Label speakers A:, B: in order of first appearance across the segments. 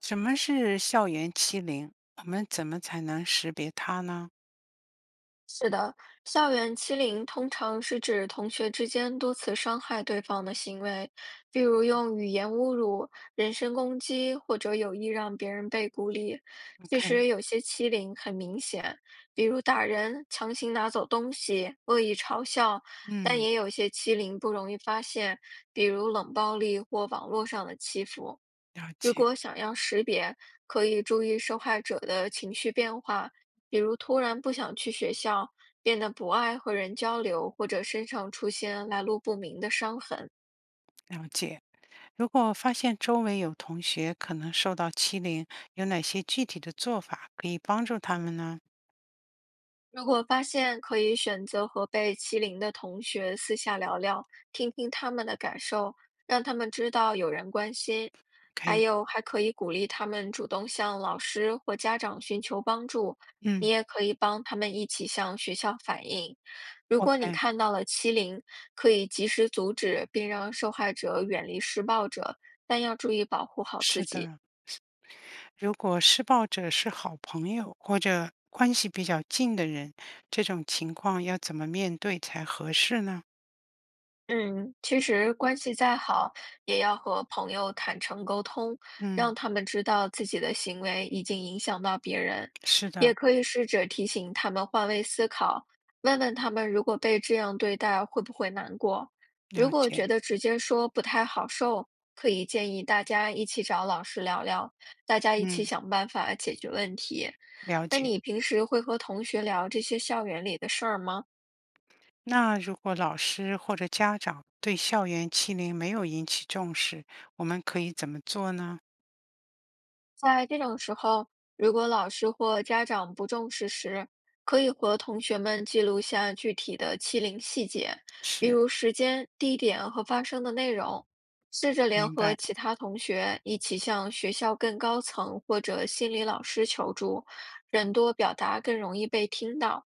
A: 什么是校园欺凌？我们怎么才能识别它呢
B: 是的，校园欺凌通常是指同学之间多次伤害对方的行为，比如用语言侮辱、人身攻击，或者有意让别人被孤立。其
A: ？OK，
B: 实有些欺凌很明显，比如打人、强行拿走东西、恶意嘲笑，但
A: 嗯，
B: 也有些欺凌不容易发现，比如冷暴力或网络上的欺负。
A: 了
B: 如
A: 解
B: 果想要识别，可以注意受害者的情绪变化，比如突然不想去学校，变得不爱和人交流，或者身上出现来路不明的伤痕。
A: 了解。如果发现周围有同学可能受到欺凌，有哪些具体的做法可以帮助他们呢
B: 如果发现可以选择和被欺凌的同学私下聊聊，听听他们的感受，让他们知道有人关心。还
A: ？OK，
B: 有，还可以鼓励他们主动向老师或家长寻求帮助。你
A: 嗯
B: 也可以帮他们一起向学校反映。如果你
A: ，OK，
B: 看到了欺凌，可以及时阻止，并让受害者远离施暴者，但要注意保护好
A: 是
B: 自己。
A: 的。如果施暴者是好朋友或者关系比较近的人，这种情况要怎么面对才合适呢？
B: 嗯，其实关系再好，也要和朋友坦诚沟通，
A: 嗯，
B: 让他们知道自己的行为已经影响到别人。
A: 是的，
B: 也可以试着提醒他们换位思考，问问他们如果被这样对待会不会难过。
A: 了
B: 如果
A: 解，
B: 觉得直接说不太好受，可以建议大家一起找老师聊聊，大家一起
A: 嗯，
B: 想办法解决问题。
A: 了
B: 那
A: 解。
B: 你平时会和同学聊这些校园里的事儿吗？
A: 那如果老师或者家长对校园欺凌没有引起重视，我们可以怎么做呢？
B: 在这种时候，如果老师或家长不重视时，可以和同学们记录下具体的欺凌细节，比
A: 是，
B: 如时间、地点和发生的内容。试着联
A: 明
B: 合
A: 白，
B: 其他同学一起向学校更高层或者心理老师求助，人多表达更容易被听到。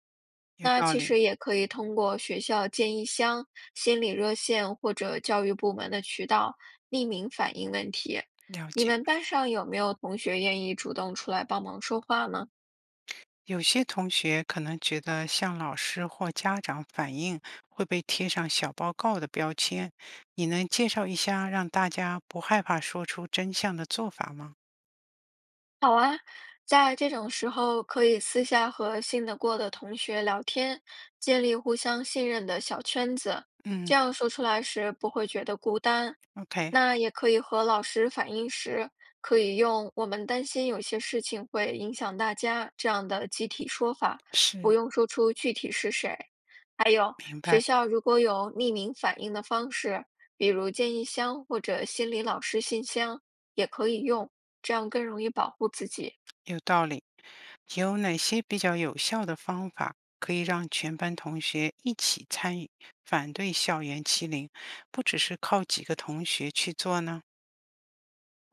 A: 有
B: 那
A: 道
B: 其
A: 理，
B: 实也可以通过学校建议箱、心理热线或者教育部门的渠道匿名反映问题。
A: 了
B: 你
A: 解。
B: 们班上有没有同学愿意主动出来帮忙说话呢？
A: 有些同学可能觉得向老师或家长反映会被贴上小报告的标签，你能介绍一下让大家不害怕说出真相的做法吗？
B: 好啊，在这种时候可以私下和信得过的同学聊天，建立互相信任的小圈子，
A: 嗯
B: 这样说出来时不会觉得孤单。
A: ，OK，
B: 那也可以和老师反映时，可以用“我们担心有些事情会影响大家”这样的集体说法，
A: 是，
B: 不用说出具体是谁。还有，
A: 明
B: 学
A: 白。
B: 校如果有匿名反映的方式，比如建议箱或者心理老师信箱。也可以用，这样更容易保护自己。
A: 有道理。有哪些比较有效的方法可以让全班同学一起参与，反对校园欺凌，不只是靠几个同学去做呢？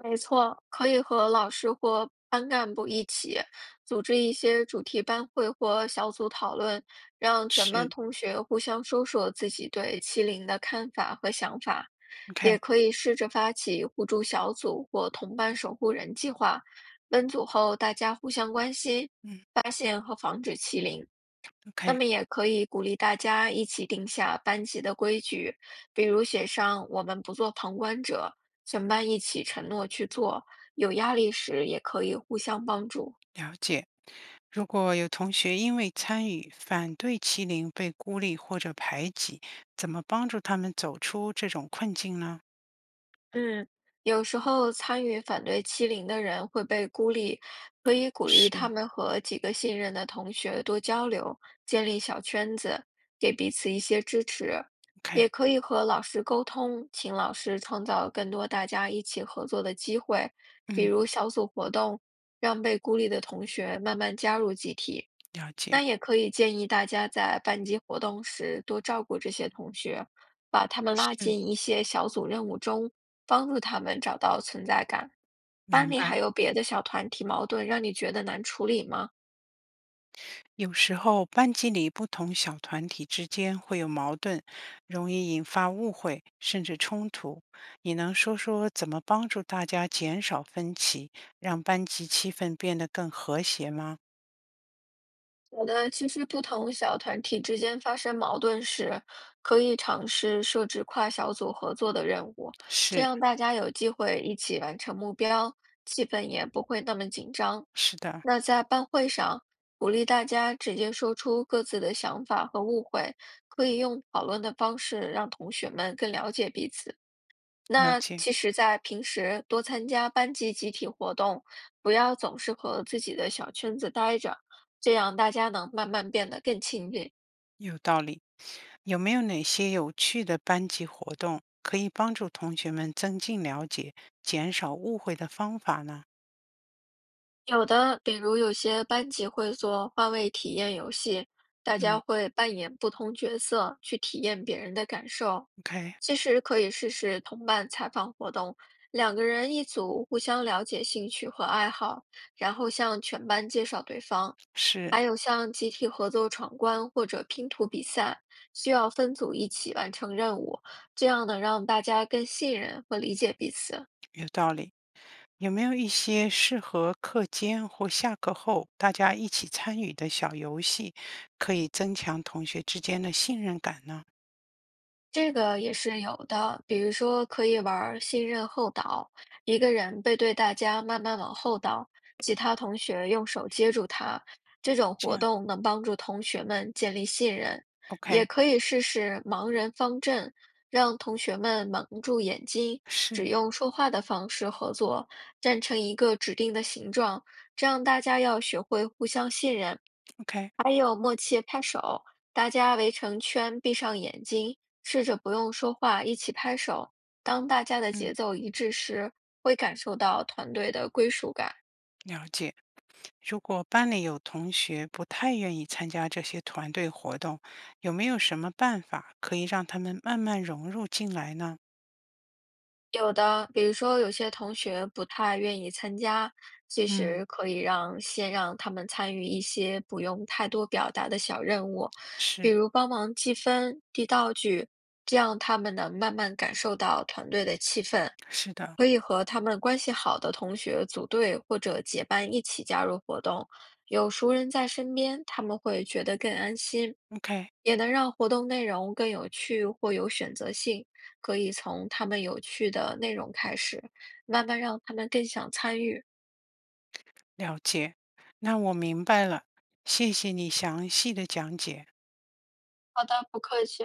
B: 没错，可以和老师或班干部一起组织一些主题班会或小组讨论，让全班
A: 是
B: 同学互相说说自己对欺凌的看法和想法。也
A: ，OK，
B: 可以试着发起互助小组或同伴守护人计划，分组后大家互相关心，
A: 嗯
B: 发现和防止欺凌。那
A: ，OK，
B: 么也可以鼓励大家一起定下班级的规矩，比如写上“我们不做旁观者”，全班一起承诺去做。有压力时也可以互相帮助。
A: 了解。如果有同学因为参与反对欺凌被孤立或者排挤，怎么帮助他们走出这种困境呢？
B: 嗯，有时候参与反对欺凌的人会被孤立，可以鼓励他
A: 是
B: 们和几个信任的同学多交流，建立小圈子，给彼此一些支持。
A: ，OK，
B: 也可以和老师沟通，请老师创造更多大家一起合作的机会，比
A: 嗯，
B: 如小组活动，让被孤立的同学慢慢加入集体。
A: 了解，
B: 那也可以建议大家在班级活动时多照顾这些同学，把他们拉
A: 是，
B: 进一些小组任务中，帮助他们找到存在感。班
A: 明
B: 里
A: 白。
B: 还有别的小团体矛盾让你觉得难处理吗？
A: 有时候班级里不同小团体之间会有矛盾，容易引发误会甚至冲突。你能说说怎么帮助大家减少分歧，让班级气氛变得更和谐吗？
B: 好的，其实不同小团体之间发生矛盾时，可以尝试设置跨小组合作的任务，这
A: 是，
B: 样大家有机会一起完成目标，气氛也不会那么紧张。
A: 是的，
B: 那在班会上，鼓励大家直接说出各自的想法和误会，可以用讨论的方式让同学们更了解彼此。
A: 了
B: 那
A: 解，
B: 其实，在平时多参加班级集体活动，不要总是和自己的小圈子待着，这样大家能慢慢变得更亲近。
A: 有道理。有没有哪些有趣的班级活动可以帮助同学们增进了解、减少误会的方法呢？
B: 有的，比如有些班级会做换位体验游戏，大家
A: 嗯
B: 会扮演不同角色去体验别人的感受。
A: ，OK，
B: 其实可以试试同伴采访活动，两个人一组，互相了解兴趣和爱好，然后向全班介绍对方。
A: 是
B: 还有像集体合作闯关或者拼图比赛，需要分组一起完成任务，这样能让大家更信任和理解彼此。
A: 有道理。有没有一些适合课间或下课后大家一起参与的小游戏，可以增强同学之间的信任感呢？
B: 这个也是有的，比如说可以玩儿信任后导，一个人背对大家慢慢往后倒，其他同学用手接住他。这种
A: 这
B: 活
A: 样
B: 动能帮助同学们建立信任，
A: ，OK，
B: 也可以试试盲人方阵，让同学们蒙住眼睛，
A: 是
B: 只用说话的方式合作，站成一个指定的形状，这样大家要学会互相信任。
A: OK，
B: 还有默契拍手，大家围成圈，闭上眼睛，试着不用说话，一起拍手。当大家的
A: 嗯，
B: 节奏一致时，会感受到团队的归属感。
A: 了解。如果班里有同学不太愿意参加这些团队活动，有没有什么办法可以让他们慢慢融入进来呢？
B: 有的，比如说有些同学不太愿意参加，其
A: 嗯，
B: 实可以让先让他们参与一些不用太多表达的小任务，比
A: 是
B: 如帮忙记分、递道具，这样他们能慢慢感受到团队的气氛。
A: 是的
B: 可以和他们关系好的同学组队或者结伴一起加入活动，有熟人在身边，他们会觉得更安心，
A: ，OK，
B: 也能让活动内容更有趣或有选择性。可以从他们有趣的内容开始，慢慢让他们更想参与。
A: 了解。那我明白了，谢谢你详细的讲解。
B: 好的，不客气。